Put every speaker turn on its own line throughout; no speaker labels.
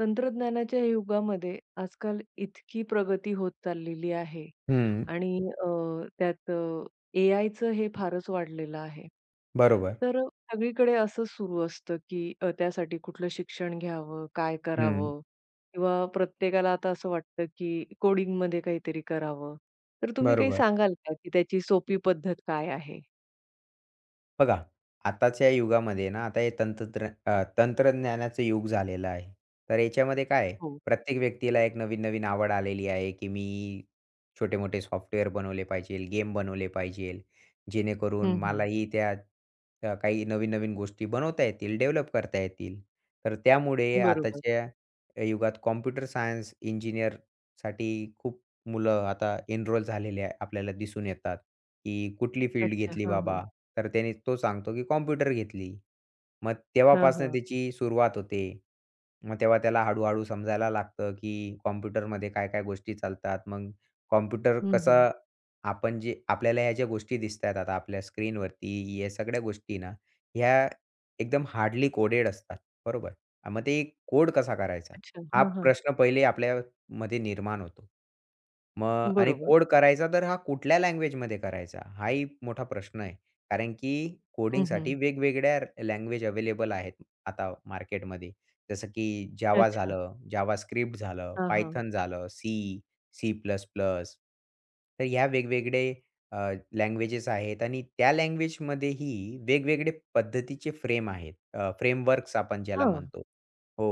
तंत्रज्ञानाच्या युगामध्ये आजकाल इतकी प्रगती होत चाललेली आहे
हं,
आणि अ, त्यात ए आयचं हे फारच वाढलेलं आहे.
बरोबर.
तर सगळीकडे असंच सुरू असतं, की त्यासाठी कुठलं शिक्षण घ्यावं, काय
हं,
करावं? किंवा प्रत्येकाला आता असं वाटतं, की कोडिंगमध्ये काहीतरी करावं. तर तुम्ही काही
बरोबर.
सांगाल का, की त्याची सोपी पद्धत काय आहे?
बघा, आताच्या युगामध्ये ना, आता तंत्रज्ञानाचं युग झालेलं आहे. तर याच्यामध्ये काय आहे,
हो.
प्रत्येक व्यक्तीला एक नवीन-नवीन आवड आलेली आहे, की मी छोटे-मोठे सॉफ्टवेअर बनवले पाहिजेल, गेम बनवले पाहिजेल, जेणेकरून
हं, हं.
मलाही त्या काही नवीन-नवीन गोष्टी बनवता येतील, डेव्हलप करता येतील. तर त्यामुळे
बरोबर.
आताच्या युगात कॉम्प्युटर सायन्स इंजिनिअरसाठी खूप मुलं आता एनरोल झालेले आहे आपल्याला दिसून येतात, की कुठली फील्ड
अच्छा.
घेतली
हां, हां.
बाबा? तर त्याने तो सांगतो, की कॉम्प्युटर घेतली. मग
हां,
तेव्हापासून
हां.
त्याची सुरुवात होते. मग तेव्हा त्याला हळू समजायला लागतं, की कॉम्प्युटरमध्ये काय-काय गोष्टी चालतात. मग कॉम्प्युटर
हं, हं.
कसं आपण जे आपल्याला ह्या ज्या गोष्टी दिसतायत आता आपल्या स्क्रीनवरती, या सगळ्या गोष्टी ना, ह्या एकदम हार्डली कोडेड असतात. बरोबर? मग ते कोड कसा करायचा?
अच्छा.
हा
हां, हां.
प्रश्न पहिले आपल्या मध्ये निर्माण होतो. मग आणि
बरोबर.
कोड करायचा तर हा कुठल्या लँग्वेजमध्ये करायचा? हाही मोठा प्रश्न आहे. कारण की
हं,
कोडिंगसाठी
हं.
वेगवेगळ्या लँग्वेज अवेलेबल आहेत आता मार्केटमध्ये. जसं की जावा
अच्छा.
झालं, जावास्क्रिप्ट झालं,
हां, हां.
पायथन झालं, सी, सी प्लस प्लस. तर ह्या वेगवेगळे लँग्वेजेस आहेत आणि त्या लँग्वेजमध्येही वेगवेगळे पद्धतीचे फ्रेम आहेत. फ्रेमवर्क्स आपण ज्याला
हां.
म्हणतो. हो.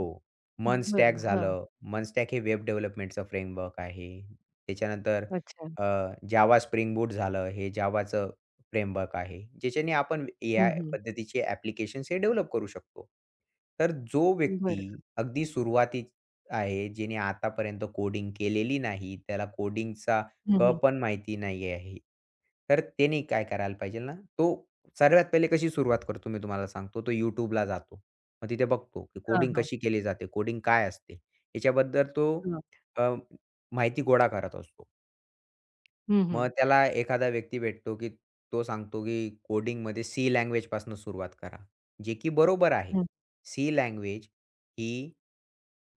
मनस्टॅक
बरं. हां.
झालं. मनस्टॅक हे वेब डेव्हलपमेंटचं फ्रेमवर्क आहे. त्याच्यानंतर
अच्छा.
अ, Java Spring Boot झालं, हे Javaचं फ्रेमवर्क आहे. ज्याच्याने आपण
हं,
एआय
हं.
पद्धतीचे ॲप्लिकेशन्स हे डेव्हलप करू शकतो. तर जो व्यक्ती
बरं.
अगदी सुरुवातीत आहे, ज्याने आतापर्यंत कोडिंग केलेली नाही, त्याला कोडिंगचा
हं,
क
हं.
पण माहिती नाही आहे. तर त्याने काय करायला पाहिजे ना, तो सर्वात पहिले कशी सुरुवात करतो मी तुम्हाला सांगतो. तो YouTubeला जातो. मग तिथे बघतो, की
हां,
कोडिंग
हां.
कशी केली जाते, कोडिंग काय असते, याच्याबद्दल तो
हां.
अ, माहिती गोळा करत असतो.
हं, हं.
मग त्याला एखादा व्यक्ती भेटतो, की तो सांगतो, की कोडिंगमध्ये सी लँग्वेजपासून सुरुवात करा. जे की बरोबर आहे.
हं.
सी लँग्वेज ही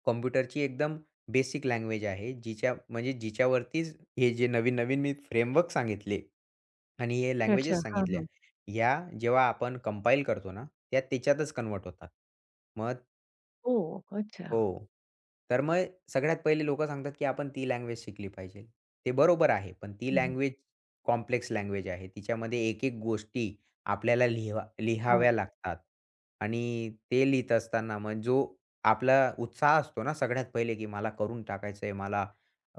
कॉम्प्युटरची एकदम बेसिक लँग्वेज आहे. जिच्या म्हणजे जिच्यावरतीच हे जे नवीन-नवीन मी फ्रेमवर्क सांगितले आणि हे
अच्छा.
लँग्वेजेस
हां,
सांगितल्या,
हां.
ह्या जेव्हा आपण कंपाईल करतो ना, त्या त्याच्यातच कन्व्हर्ट होतात. मग
ओह! अच्छा.
हो. तर मग सगळ्यात पहिले लोकं सांगतात, की आपण ती लँग्वेज शिकली पाहिजे. ते बरोबर आहे. पण ती
हं, हं.
लँग्वेज कॉम्प्लेक्स लँग्वेज आहे. तिच्यामध्ये एक-एक गोष्टी आपल्याला लिहावा
हां.
लिहाव्या लागतात आणि ते लिहीत असताना मग जो आपला उत्साह असतो ना सगळ्यात पहिले, की मला करून टाकायचं आहे, मला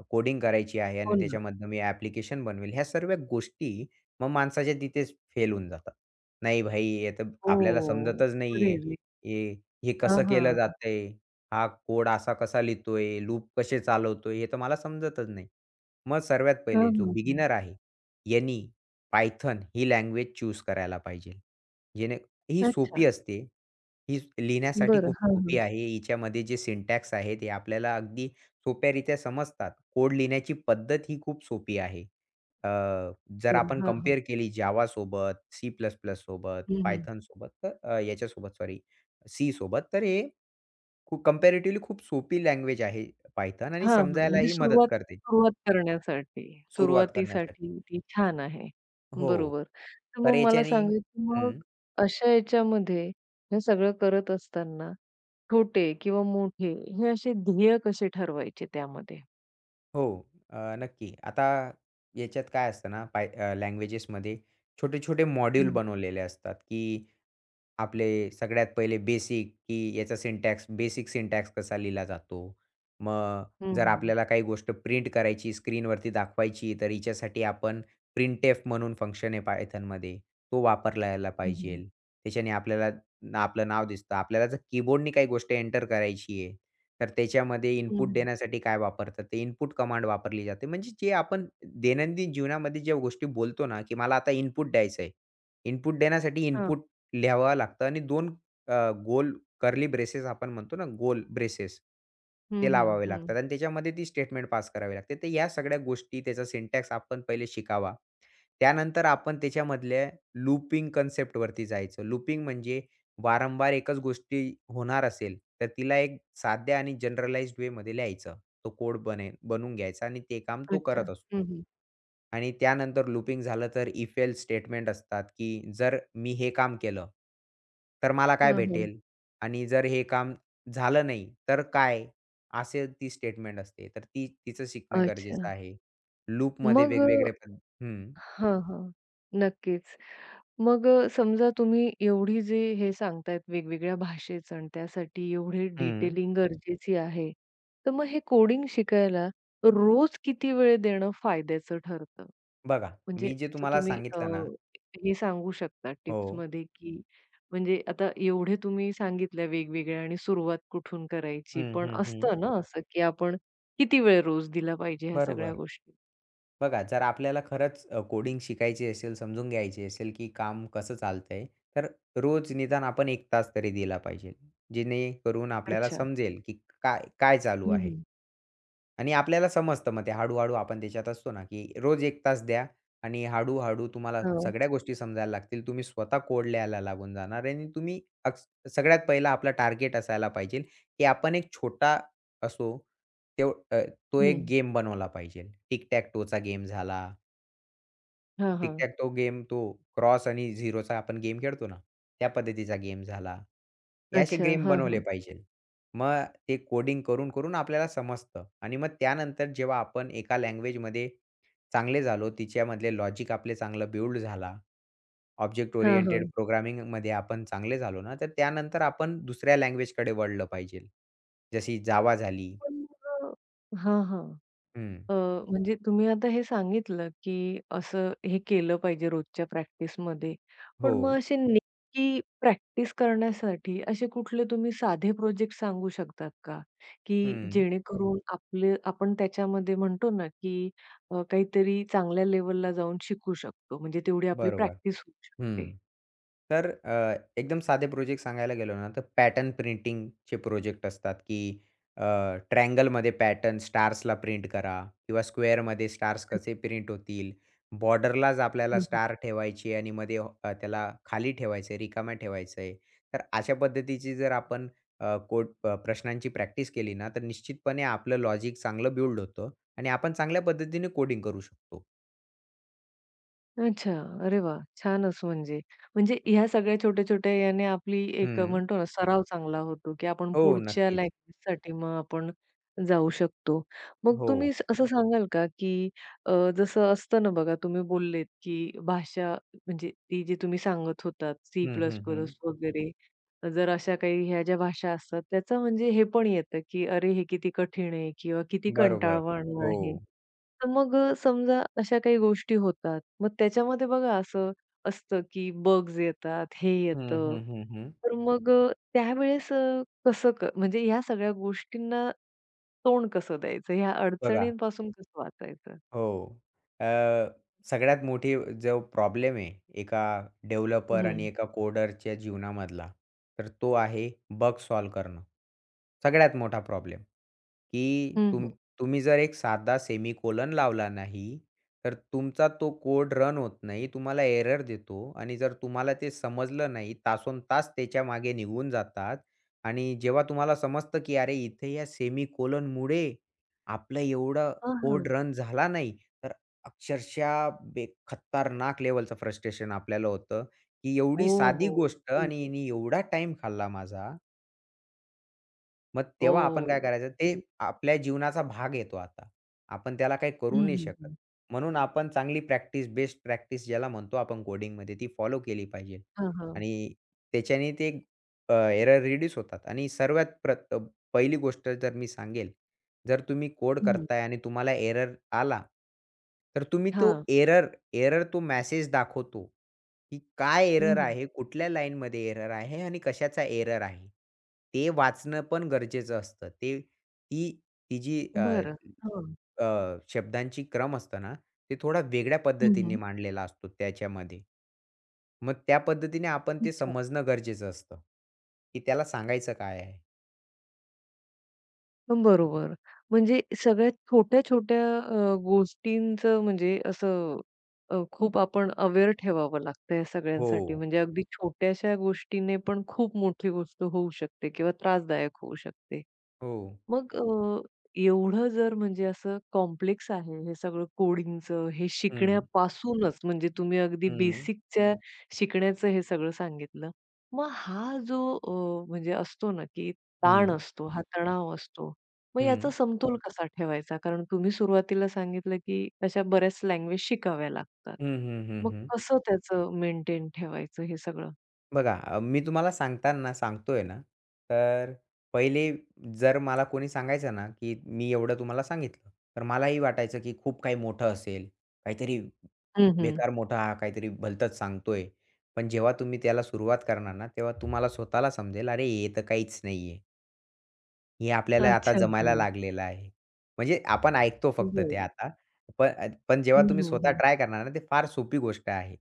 कोडिंग करायची आहे
हो
आणि
ना.
त्याच्यामधनं मी ॲप्लिकेशन बनवेल. ह्या सर्व गोष्टी मग माणसाच्या तिथेच फेल होऊन जातात. नाही भाई, हे तर आपल्याला
ओह!
समजतच
अरे
नाहीये.
रे!
हे हे
हां,
कसं केलं
हां.
जातंय? हा कोड असा कसा लिहितोय, लूप कसे चालवतोय, हे तर मला समजतच नाही. मग सर्वात
हां,
पहिले जो
हां, हां.
बिगिनर आहे, यांनी Python ही लँग्वेज चूज करायला पाहिजे. जेणे ही
अच्छा.
सोपी असते. ही लिहिण्यासाठी
बरं.
खूप
हां,
सोपी
हां.
आहे. हिच्यामध्ये जे सिंटॅक्स आहे, ते आपल्याला अगदी सोप्यारीत्या समजतात. कोड लिहिण्याची पद्धत ही खूप सोपी आहे. अ, जर
बरं.
आपण
हां, हां.
कंपेअर केली Java सोबत, C++ सोबत,
हं, हं.
Python सोबत तर याच्यासोबत सॉरी C सोबत, तर हे खूप कंपॅरेटिव्हली खूप सोपी लँग्वेज आहे Python आणि
हां, हां. म्हणजे
समजायलाही मदत
सुरुवात
करते
सुरुवात करण्यासाठी,
सुरुवात करण्यासाठी.
सुरुवातीसाठी ती छान आहे.
हो.
बरोबर. तर मग
तर
मला
याच्याने
सांगा, की मग
हं,
अशा याच्यामध्ये हे सगळं करत असताना छोटे किंवा मोठे हे असे ध्येय कसे ठरवायचे त्यामध्ये?
हो. नक्की. आता याच्यात काय असतं ना, लँग्वेजेसमध्ये छोटे-छोटे मॉड्यूल
हं.
बनवलेले असतात, की आपले सगळ्यात पहिले बेसिक, की याचा सिंटॅक्स बेसिक सिंटॅक्स कसा लिहिला जातो. मग
हं,
जर
हं.
आपल्याला काही गोष्ट प्रिंट करायची, स्क्रीनवरती दाखवायची, तर हिच्यासाठी आपण प्रिंटएफ म्हणून फंक्शन आहे Pythonमध्ये, तो वापरला
हं, हं.
पाहिजेल. त्याच्याने आपल्याला आपलं नाव दिसतं. आपल्याला जर कीबोर्डनी काही गोष्ट एंटर करायची आहे, तर त्याच्यामध्ये
हं,
इनपुट
हं.
देण्यासाठी काय वापरतात, ते इनपुट कमांड वापरली जाते. म्हणजे जे आपण दैनंदिन जीवनामध्ये ज्या गोष्टी बोलतो ना, की मला आता इनपुट द्यायचं आहे. इनपुट देण्यासाठी
हां.
इनपुट लिहावं लागतं आणि 2 गोल कर्ली ब्रेसेस आपण म्हणतो ना, गोल ब्रेसेस
हं,
ते
हं,
लावावे
हं.
लागतात आणि त्याच्यामध्ये ती स्टेटमेंट पास करावी लागते. तर या सगळ्या गोष्टी त्याचा सिंटॅक्स आपण पहिले शिकावा. त्यानंतर आपण त्याच्यामधल्या लूपिंग कन्सेप्टवरती जायचं. लूपिंग म्हणजे वारंवार एकच गोष्टी होणार असेल, तर तिला एक साध्या आणि जनरलाइज्ड वेमध्ये लिहायचं. तो कोड बनवून घ्यायचा आणि ते काम तो
अच्छा.
करत
हं,
असतो.
हं.
आणि त्यानंतर लूपिंग झालं तर इफ एल्स स्टेटमेंट असतात, की जर मी हे काम केलं, तर मला काय
हं, हं.
भेटेल? आणि जर हे काम झालं नाही, तर काय? असे ती स्टेटमेंट असते. तर ती तिचं शिकणं गरजेचं
अच्छा.
आहे. लूपमध्ये
मग
वेगवेगळे पण हं.
हां, हां. नक्कीच. मग समजा तुम्ही एवढी जे हे सांगतायत वेगवेगळ्या भाषेचं आणि त्यासाठी एवढे
हं.
डिटेलिंग गरजेची आहे. तर मग हे कोडिंग शिकायला रोज किती वेळ देणं फायद्याचं ठरतं?
बघा,
म्हणजे
मी जे
असं
तुम्हाला
तुम्ही
सांगितलं ना
हे सांगू शकता
हो.
टिप्समध्ये, की म्हणजे आता एवढे तुम्ही सांगितल्या वेगवेगळ्या आणि सुरुवात कुठून करायची.
हं,
पण
हं, हं.
असतं ना असं, की आपण किती वेळ रोज दिला पाहिजे ह्या सगळ्या
बरोबर.
गोष्टी?
बघा, जर आपल्याला खरंच कोडिंग शिकायची असेल, समजून घ्यायची असेल, की काम कसं चालतंय, तर रोज निदान आपण 1 तास तरी दिला पाहिजे. जेणेकरून आपल्याला
अच्छा.
समजेल, की काय काय चालू
हं,
आहे?
हं.
आणि आपल्याला समजतं मग ते हळू आपण त्याच्यात असतो ना, की रोज 1 तास द्या आणि हळू तुम्हाला
हां.
सगळ्या गोष्टी समजायला लागतील. तुम्ही स्वतः कोड लिहायला लागून जाणार आणि तुम्ही अक्स सगळ्यात पहिला आपला टार्गेट असायला पाहिजे, की आपण एक छोटा असो, तेव अ, तो एक
हं.
गेम बनवला पाहिजे. टिक टॅक टोचा गेम झाला
हां,
टिक टॅक तो गेम तो क्रॉस आणि झिरोचा आपण गेम खेळतो ना, त्या पद्धतीचा गेम झाला. हे असे
अच्छा.
गेम
हां,
बनवले
हां.
पाहिजे. मग ते कोडिंग करून-करून आपल्याला समजतं आणि मग त्यानंतर जेव्हा आपण एका लँग्वेजमध्ये चांगले झालो, तिच्यामधले लॉजिक आपले चांगलं बिल्ड झाला, ऑब्जेक्ट
हां,
ओरिएंटेड
हां.
प्रोग्रामिंगमध्ये आपण चांगले झालो ना, तर त्यानंतर आपण दुसऱ्या लँग्वेजकडे वळलं पाहिजे. जशी जावा झाली.
पण मग हां, हां.
हं.
अ, म्हणजे तुम्ही आता हे सांगितलं, की असं हे केलं पाहिजे रोजच्या प्रॅक्टिसमध्ये.
हो.
पण मग अशी नेमकी प्रॅक्टिस करण्यासाठी असे कुठले तुम्ही साधे प्रोजेक्ट सांगू शकतात का? की
हं.
जेणेकरून आपले आपण त्याच्यामध्ये म्हणतो ना, की काहीतरी चांगल्या लेव्हलला जाऊन शिकू शकतो. म्हणजे तेवढी आपली
बरोबर.
प्रॅक्टिस होऊ
हं.
शकते.
तर एकदम साधे प्रोजेक्ट सांगायला गेलो ना, तर पॅटर्न प्रिंटिंगचे प्रोजेक्ट असतात, की अ, ट्रायंगलमध्ये पॅटर्न स्टार्सला प्रिंट करा किंवा स्क्वेअरमध्ये स्टार्स कसे प्रिंट होतील. बॉर्डरलाच आपल्याला
हं, हं.
स्टार ठेवायची आणि मध्ये त्याला खाली ठेवायचं आहे, रिकाम्या ठेवायचं आहे. तर अशा पद्धतीची जर आपण कोड प्रश्नांची प्रॅक्टिस केली ना, तर निश्चितपणे आपलं लॉजिक चांगलं बिल्ड होतं आणि आपण चांगल्या पद्धतीने कोडिंग करू शकतो.
अच्छा. अरे वाह! छानच म्हणजे. म्हणजे ह्या सगळ्या छोट्या-छोट्या याने आपली एक
हं.
म्हणतो ना सराव चांगला होतो, की आपण
हो,
पुढच्या
नक्कीच.
लँग्वेजसाठी मग आपण जाऊ शकतो. मग
हो.
तुम्ही असं सांगाल का, की अ, जसं असतं ना बघा तुम्ही बोललेत, की भाषा म्हणजे ती जी तुम्ही सांगत होतात
हं, हं, हं.
C++ वगैरे. जर अशा काही ह्या ज्या भाषा असतात त्याचं म्हणजे हे पण येतं, की अरे हे किती कठीण आहे किंवा किती
बरोबर.
कंटाळवाणं, हो,
हो.
आहे. तर मग समजा अशा काही गोष्टी होतात. मग त्याच्यामध्ये बघा असं असतं, की बग्स येतात, हे
हं,
येतं.
हं, हं, हं.
तर मग त्यावेळेस कसं म्हणजे ह्या सगळ्या गोष्टींना तोंड कसं द्यायचं? ह्या
बघा,
अडचणींपासून कसं वाचायचं?
हो. अ, सगळ्यात मोठी जो प्रॉब्लेम आहे एका डेव्हलपर आणि
हं.
एका कोडरच्या जीवनामधला, तर तो आहे बग सॉल्व्ह करणं. सगळ्यात मोठा प्रॉब्लेम, की
हं, हं.
तुम्ही जर एक साधा सेमीकोलन लावला नाही, तर तुमचा तो कोड रन होत नाही. तुम्हाला एरर देतो आणि जर तुम्हाला ते समजलं नाही, तासोनतास त्याच्यामागे निघून जातात आणि जेव्हा तुम्हाला समजतं, की अरे, इथे या सेमीकोलनमुळे आपलं एवढं
हां,
कोड
हां.
रन झाला नाही, तर अक्षरशः बे खतरनाक लेव्हलचं फ्रस्ट्रेशन आपल्याला होतं, की
ओ
एवढी साधी
हो!
गोष्ट
हं,
आणि
हं.
हिने एवढा टाईम खाल्ला माझा, मग तेव्हा आपण काय
ओ!
करायचं ते
हं,
आपल्या जीवनाचा भाग येतो आता. आपण त्याला काही करू
हं,
नाही शकत.
हं.
म्हणून आपण चांगली प्रॅक्टिस, बेस्ट प्रॅक्टिस ज्याला म्हणतो आपण कोडिंगमध्ये ती फॉलो केली पाहिजे.
हां, हां.
आणि त्याच्याने ते एरर रिड्यूस होतात आणि सर्वात प्रथ पहिली गोष्ट जर मी सांगेल, जर तुम्ही कोड करताय आणि तुम्हाला एरर आला, तर तुम्ही तो
हां.
एरर एरर तो मेसेज दाखवतो. की काय
हं,
एरर
हं.
आहे? कुठल्या लाईनमध्ये एरर आहे? आणि कशाचा एरर आहे? ते वाचणं पण गरजेचं असतं. ते ती ती जी अ,
बरं. हां.
अ, शब्दांची क्रम असतो ना, ते थोडा वेगळ्या
हं,
पद्धतीने
हं.
मांडलेला असतो त्याच्यामध्ये. मग त्या पद्धतीने आपण ते
अच्छा.
समजणं गरजेचं असतं, की त्याला सांगायचं काय आहे?
बरोबर. म्हणजे सगळ्यात छोट्या-छोट्या गोष्टींचं म्हणजे असं खूप आपण अवेअर ठेवावं लागतं या
हो,
सगळ्यांसाठी. म्हणजे अगदी छोट्याशा गोष्टीने पण खूप मोठी गोष्ट होऊ शकते किंवा त्रासदायक होऊ शकते.
हो.
मग एवढं जर म्हणजे असं कॉम्प्लेक्स आहे हे सगळं कोडिंगचं, हे
हं,
शिकण्यापासूनच म्हणजे तुम्ही अगदी
हं,
बेसिकच्या शिकण्याचं हे सगळं सांगितलं. मग हा जो म्हणजे असतो ना, की ताण
हं,
असतो, हा तणाव असतो. मग याचा
हं,
समतोल कसा ठेवायचा? कारण तुम्ही सुरुवातीला सांगितलं, की अशा बऱ्याच लँग्वेज शिकाव्या लागतात.
हं, हं, हं,
मग
हं, हं.
कसं त्याचं मेंटेन ठेवायचं हे सगळं?
बघा मी तुम्हाला सांगताना सांगतोय ना, तर पहिले जर मला कोणी सांगायचं ना, की मी एवढं तुम्हाला सांगितलं, तर मलाही वाटायचं की खूप काही मोठं असेल, काहीतरी
हं, हं.
बेकार मोठा हा काहीतरी भलतंच सांगतोय. पण जेव्हा तुम्ही त्याला सुरुवात करणार ना, तेव्हा तुम्हाला स्वतःला समजेल, "अरे, हे तर काहीच नाहीये." हे आपल्याला आता
अच्छा.
जमायला
हं.
लागलेलं आहे. म्हणजे आपण ऐकतो फक्त ते
बरं.
आता. पण पण जेव्हा
हं,
तुम्ही
हं,
स्वतः
हं.
ट्राय करणार ना, ते फार सोपी गोष्ट आहे.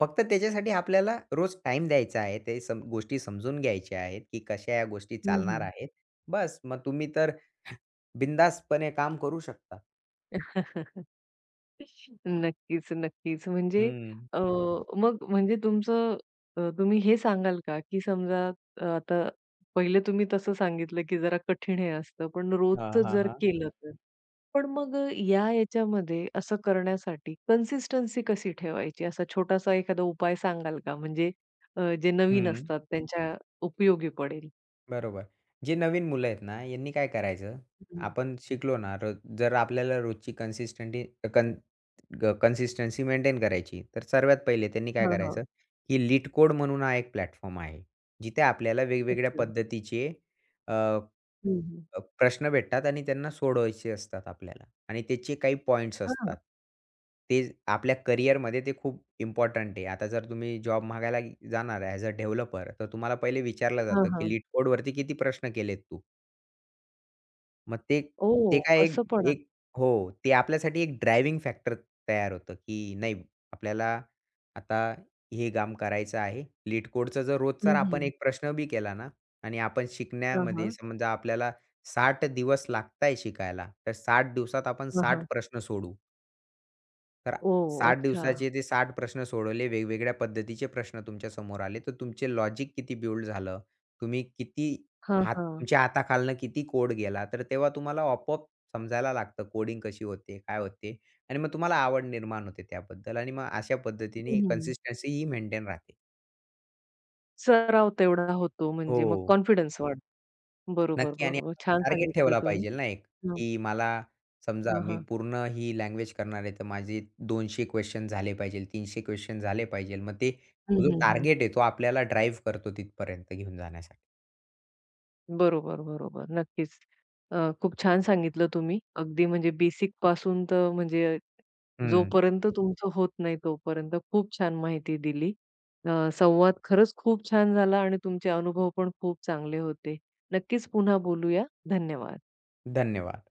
फक्त त्याच्यासाठी आपल्याला रोज टाईम द्यायचा आहे. ते सम गोष्टी समजून घ्यायच्या आहेत, की कशा या गोष्टी
हं,
चालणार
हं.
आहेत. बस मग तुम्ही तर बिंदासपणे काम करू शकता.
नक्कीच, नक्कीच. म्हणजे
हं.
हं. मग म्हणजे तुमचं तुम्ही हे सांगाल का, की समजा आता पहिले तुम्ही तसं सांगितलं, की जरा कठीण हे असतं, पण
हां,
रोजचं
हां,
जर
हां.
केलं. तर. पण मग याच्यामध्ये असं करण्यासाठी कन्सिस्टन्सी कशी ठेवायची? असा छोटासा एखादा उपाय सांगाल का? म्हणजे जे नवीन
हं.
असतात त्यांच्या उपयोगी पडेल?
बरोबर. जे नवीन मुलं आहेत ना, यांनी काय करायचं,
हं.
आपण शिकलो ना रोज जर आपल्याला रोजची कन्सिस्टंटी कन कन्सिस्टन्सी मेंटेन करायची, तर सर्वात पहिले त्यांनी काय
हां, हां.
करायचं, की LeetCode म्हणून हा एक प्लॅटफॉर्म आहे. जिथे आपल्याला वेगवेगळ्या
अच्छा.
पद्धतीचे
हं, हं.
प्रश्न भेटतात आणि त्यांना सोडवायचे असतात आपल्याला आणि त्याचे काही पॉइंट्स
हां,
असतात. ते आपल्या करिअरमध्ये ते खूप इम्पोर्टंट आहे. आता जर तुम्ही जॉब मागायला जाणार ॲज अ डेव्हलपर, तर तुम्हाला पहिले विचारलं
हां,
जातं, की
हां.
लीट कोडवरती किती प्रश्न केलेत तू? मग ते ते
ओह!
काय
असं
एक
पण आहे.
एक हो, ते आपल्यासाठी एक ड्रायव्हिंग फॅक्टर तयार होतं, की नाही आपल्याला आता हे काम करायचं आहे. लीट कोडचा जर
हं,
रोजचा आपण
हं.
एक प्रश्न बी केला ना आणि आपण
हां,
शिकण्यामध्ये
हां.
समजा आपल्याला 60 दिवस लागताय शिकायला, तर 60 दिवसात आपण
हां,
60
हां.
प्रश्न सोडवू. तर
ओह!
60
अच्छा.
दिवसाचे ते 60 प्रश्न सोडवले. वेगवेगळ्या पद्धतीचे प्रश्न तुमच्या समोर आले. तर तुमचे लॉजिक किती बिल्ड झालं. तुम्ही किती
हां,
हात
हां.
तुमच्या हाताखालनं किती कोड गेला. तर तेव्हा तुम्हाला आपोआप समजायला लागतं कोडिंग कशी होते, काय होते आणि मग तुम्हाला आवड निर्माण होते त्याबद्दल आणि मग अशा पद्धतीने
हं, हं.
कन्सिस्टन्सी ही मेंटेन राहते.
सराव तेवढा होतो
हो.
म्हणजे मग कॉन्फिडन्स वाढतो. बरोबर,
नक्की आणि
बरोबर.
आपण
छान
टार्गेट
सांगितलं
ठेवला
तुम्ही.
पाहिजे ना एक,
हां,
की मला समजा
हां,
मी
हां.
पूर्ण ही लँग्वेज करणार आहे, तर माझे 200 क्वेशन झाले पाहिजे, 300 क्वेशन झाले पाहिजे. मग ते
हं,
तो जो
हं, हं.
टार्गेट आहे, तो आपल्याला ड्राईव्ह करतो तिथपर्यंत घेऊन जाण्यासाठी.
बरोबर, बरोबर. नक्कीच. खूप छान सांगितलं तुम्ही. अगदी म्हणजे बेसिकपासून तर म्हणजे
हं.
जोपर्यंत तुमचं होत नाही तोपर्यंत खूप छान माहिती दिली. संवाद खरंच खूप छान झाला आणि तुमचे अनुभव पण खूप चांगले होते. नक्कीच पुन्हा बोलूया. धन्यवाद.
धन्यवाद.